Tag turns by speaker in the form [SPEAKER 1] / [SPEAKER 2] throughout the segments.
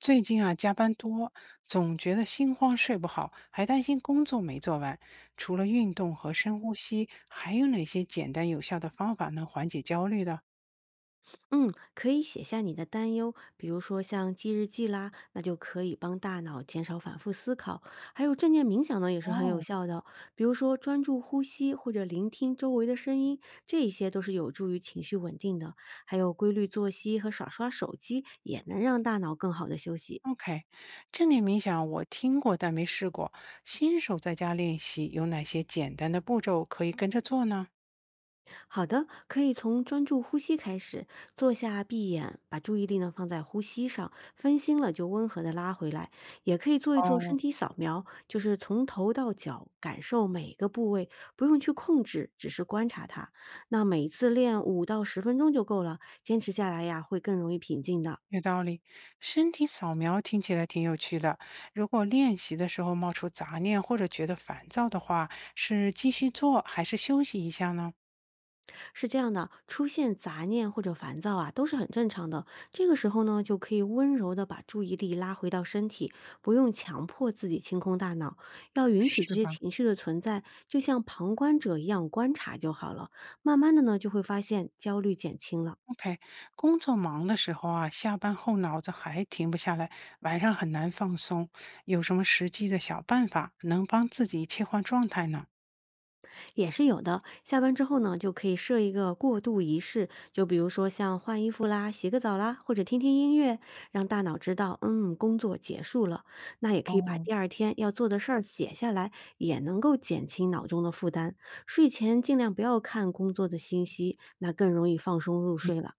[SPEAKER 1] 最近啊，加班多，总觉得心慌，睡不好，还担心工作没做完。除了运动和深呼吸，还有哪些简单有效的方法能缓解焦虑的？
[SPEAKER 2] 嗯，可以写下你的担忧，比如说像记日记啦，那就可以帮大脑减少反复思考。还有正念冥想呢，也是很有
[SPEAKER 1] 哦
[SPEAKER 2] 效的，比如说专注呼吸或者聆听周围的声音，这一些都是有助于情绪稳定的。还有规律作息和耍耍手机，也能让大脑更好的休息。
[SPEAKER 1] ，OK，正念冥想我听过，但没试过。新手在家练习有哪些简单的步骤可以跟着做呢？
[SPEAKER 2] 好的，可以从专注呼吸开始，坐下闭眼，把注意力呢放在呼吸上，分心了就温和的拉回来。也可以做一做身
[SPEAKER 1] 哦，
[SPEAKER 2] 体扫描，就是从头到脚感受每个部位，不用去控制，只是观察它。那每次练5到10分钟就够了，坚持下来呀，会更容易平静的。
[SPEAKER 1] 有道理。身体扫描听起来挺有趣的。如果练习的时候冒出杂念或者觉得烦躁的话，是继续做还是休息一下呢？
[SPEAKER 2] 是这样的，出现杂念或者烦躁啊，都是很正常的。这个时候呢，就可以温柔的把注意力拉回到身体，不用强迫自己清空大脑，要允许这
[SPEAKER 1] 是
[SPEAKER 2] 些
[SPEAKER 1] 吧
[SPEAKER 2] 情绪的存在，就像旁观者一样观察就好了。慢慢的呢，就会发现焦虑减轻了。
[SPEAKER 1] ？OK，工作忙的时候啊，下班后脑子还停不下来，晚上很难放松。有什么实际的小办法能帮自己切换状态呢？
[SPEAKER 2] 也是有的。下班之后呢，就可以设一个过渡仪式，就比如说像换衣服啦、洗个澡啦，或者听听音乐，让大脑知道，工作结束了。那也可以把
[SPEAKER 1] 哦，
[SPEAKER 2] 第二天要做的事儿写下来，也能够减轻脑中的负担。睡前尽量不要看工作的信息，那更容易放松入睡了。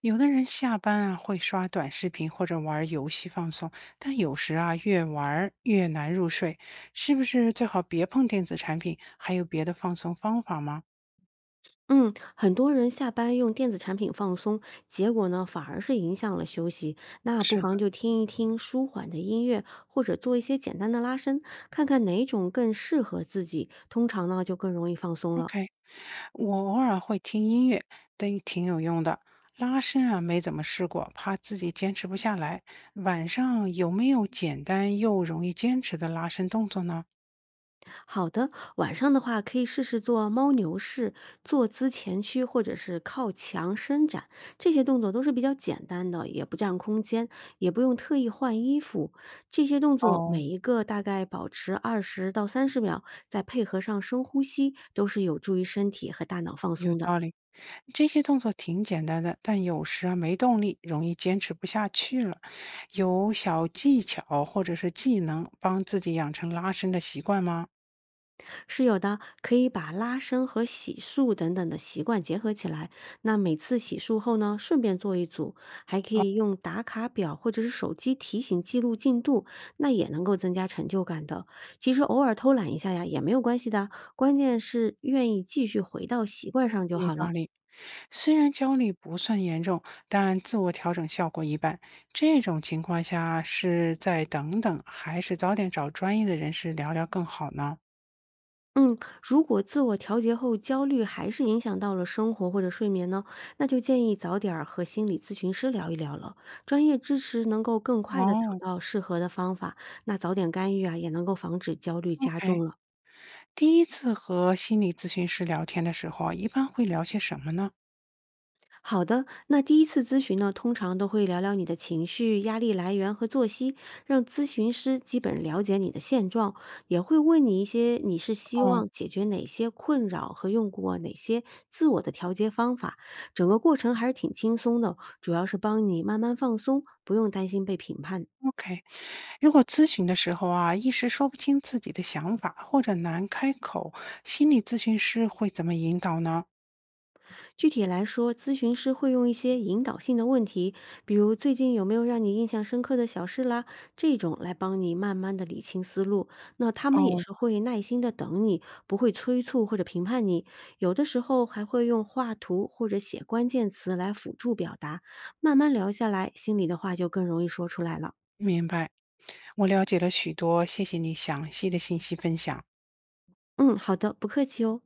[SPEAKER 1] 有的人下班啊会刷短视频或者玩儿游戏放松，但有时啊越玩儿越难入睡，是不是最好别碰电子产品？还有别的放松方法吗？
[SPEAKER 2] 嗯，很多人下班用电子产品放松，结果呢反而是影响了休息。那不
[SPEAKER 1] 是
[SPEAKER 2] 妨
[SPEAKER 1] 吧，
[SPEAKER 2] 就听一听舒缓的音乐，或者做一些简单的拉伸，看看哪种更适合自己。通常呢就更容易放松了。
[SPEAKER 1] OK，我偶尔会听音乐，对，挺有用的。拉伸啊，没怎么试过，怕自己坚持不下来。晚上有没有简单又容易坚持的拉伸动作呢？
[SPEAKER 2] 好的，晚上的话可以试试做猫牛式、坐姿前屈或者是靠墙伸展，这些动作都是比较简单的，也不占空间，也不用特意换衣服。这些动作
[SPEAKER 1] 哦，
[SPEAKER 2] 每一个大概保持20到30秒，再配合上深呼吸，都是有助于身体和大脑放
[SPEAKER 1] 有
[SPEAKER 2] 松的。
[SPEAKER 1] 道理。这些动作挺简单的，但有时啊没动力，容易坚持不下去了。有小技巧或者是技能帮自己养成拉伸的习惯吗？
[SPEAKER 2] 是有的，可以把拉伸和洗漱等等的习惯结合起来。那每次洗漱后呢，顺便做一组，还可以用打卡表或者是手机提醒记录进度，那也能够增加成就感的。其实偶尔偷懒一下呀，也没有关系的，关键是愿意继续回到习惯上就
[SPEAKER 1] 有
[SPEAKER 2] 好
[SPEAKER 1] 道
[SPEAKER 2] 了。
[SPEAKER 1] 理。虽然焦虑不算严重，但自我调整效果一般。这种情况下是再等等，还是早点找专业的人士聊聊更好呢？
[SPEAKER 2] 嗯，如果自我调节后焦虑还是影响到了生活或者睡眠呢，那就建议早点儿和心理咨询师聊一聊了。专业支持能够更快的找
[SPEAKER 1] 哦
[SPEAKER 2] 到适合的方法，那早点干预啊，也能够防止焦虑加重
[SPEAKER 1] ，OK。
[SPEAKER 2] 了。
[SPEAKER 1] 第一次和心理咨询师聊天的时候啊，一般会聊些什么呢？
[SPEAKER 2] 好的，那第一次咨询呢，通常都会聊聊你的情绪、压力来源和作息，让咨询师基本了解你的现状，也会问你一些你是希
[SPEAKER 1] 哦
[SPEAKER 2] 望解决哪些困扰和用过哪些自我的调节方法。整个过程还是挺轻松的，主要是帮你慢慢放松，不用担心被评判。
[SPEAKER 1] ，OK。如果咨询的时候啊，一时说不清自己的想法，或者难开口，心理咨询师会怎么引导呢？
[SPEAKER 2] 具体来说，咨询师会用一些引导性的问题，比如最近有没有让你印象深刻的小事啦，这种来帮你慢慢的理清思路。那他们也
[SPEAKER 1] 哦，
[SPEAKER 2] 是会耐心的等你，不会催促或者评判你。有的时候还会用画图或者写关键词来辅助表达，慢慢聊下来，心里的话就更容易说出来了。
[SPEAKER 1] 明白。我了解了许多，谢谢你详细的信息分享。
[SPEAKER 2] 嗯，好的，不客气哦。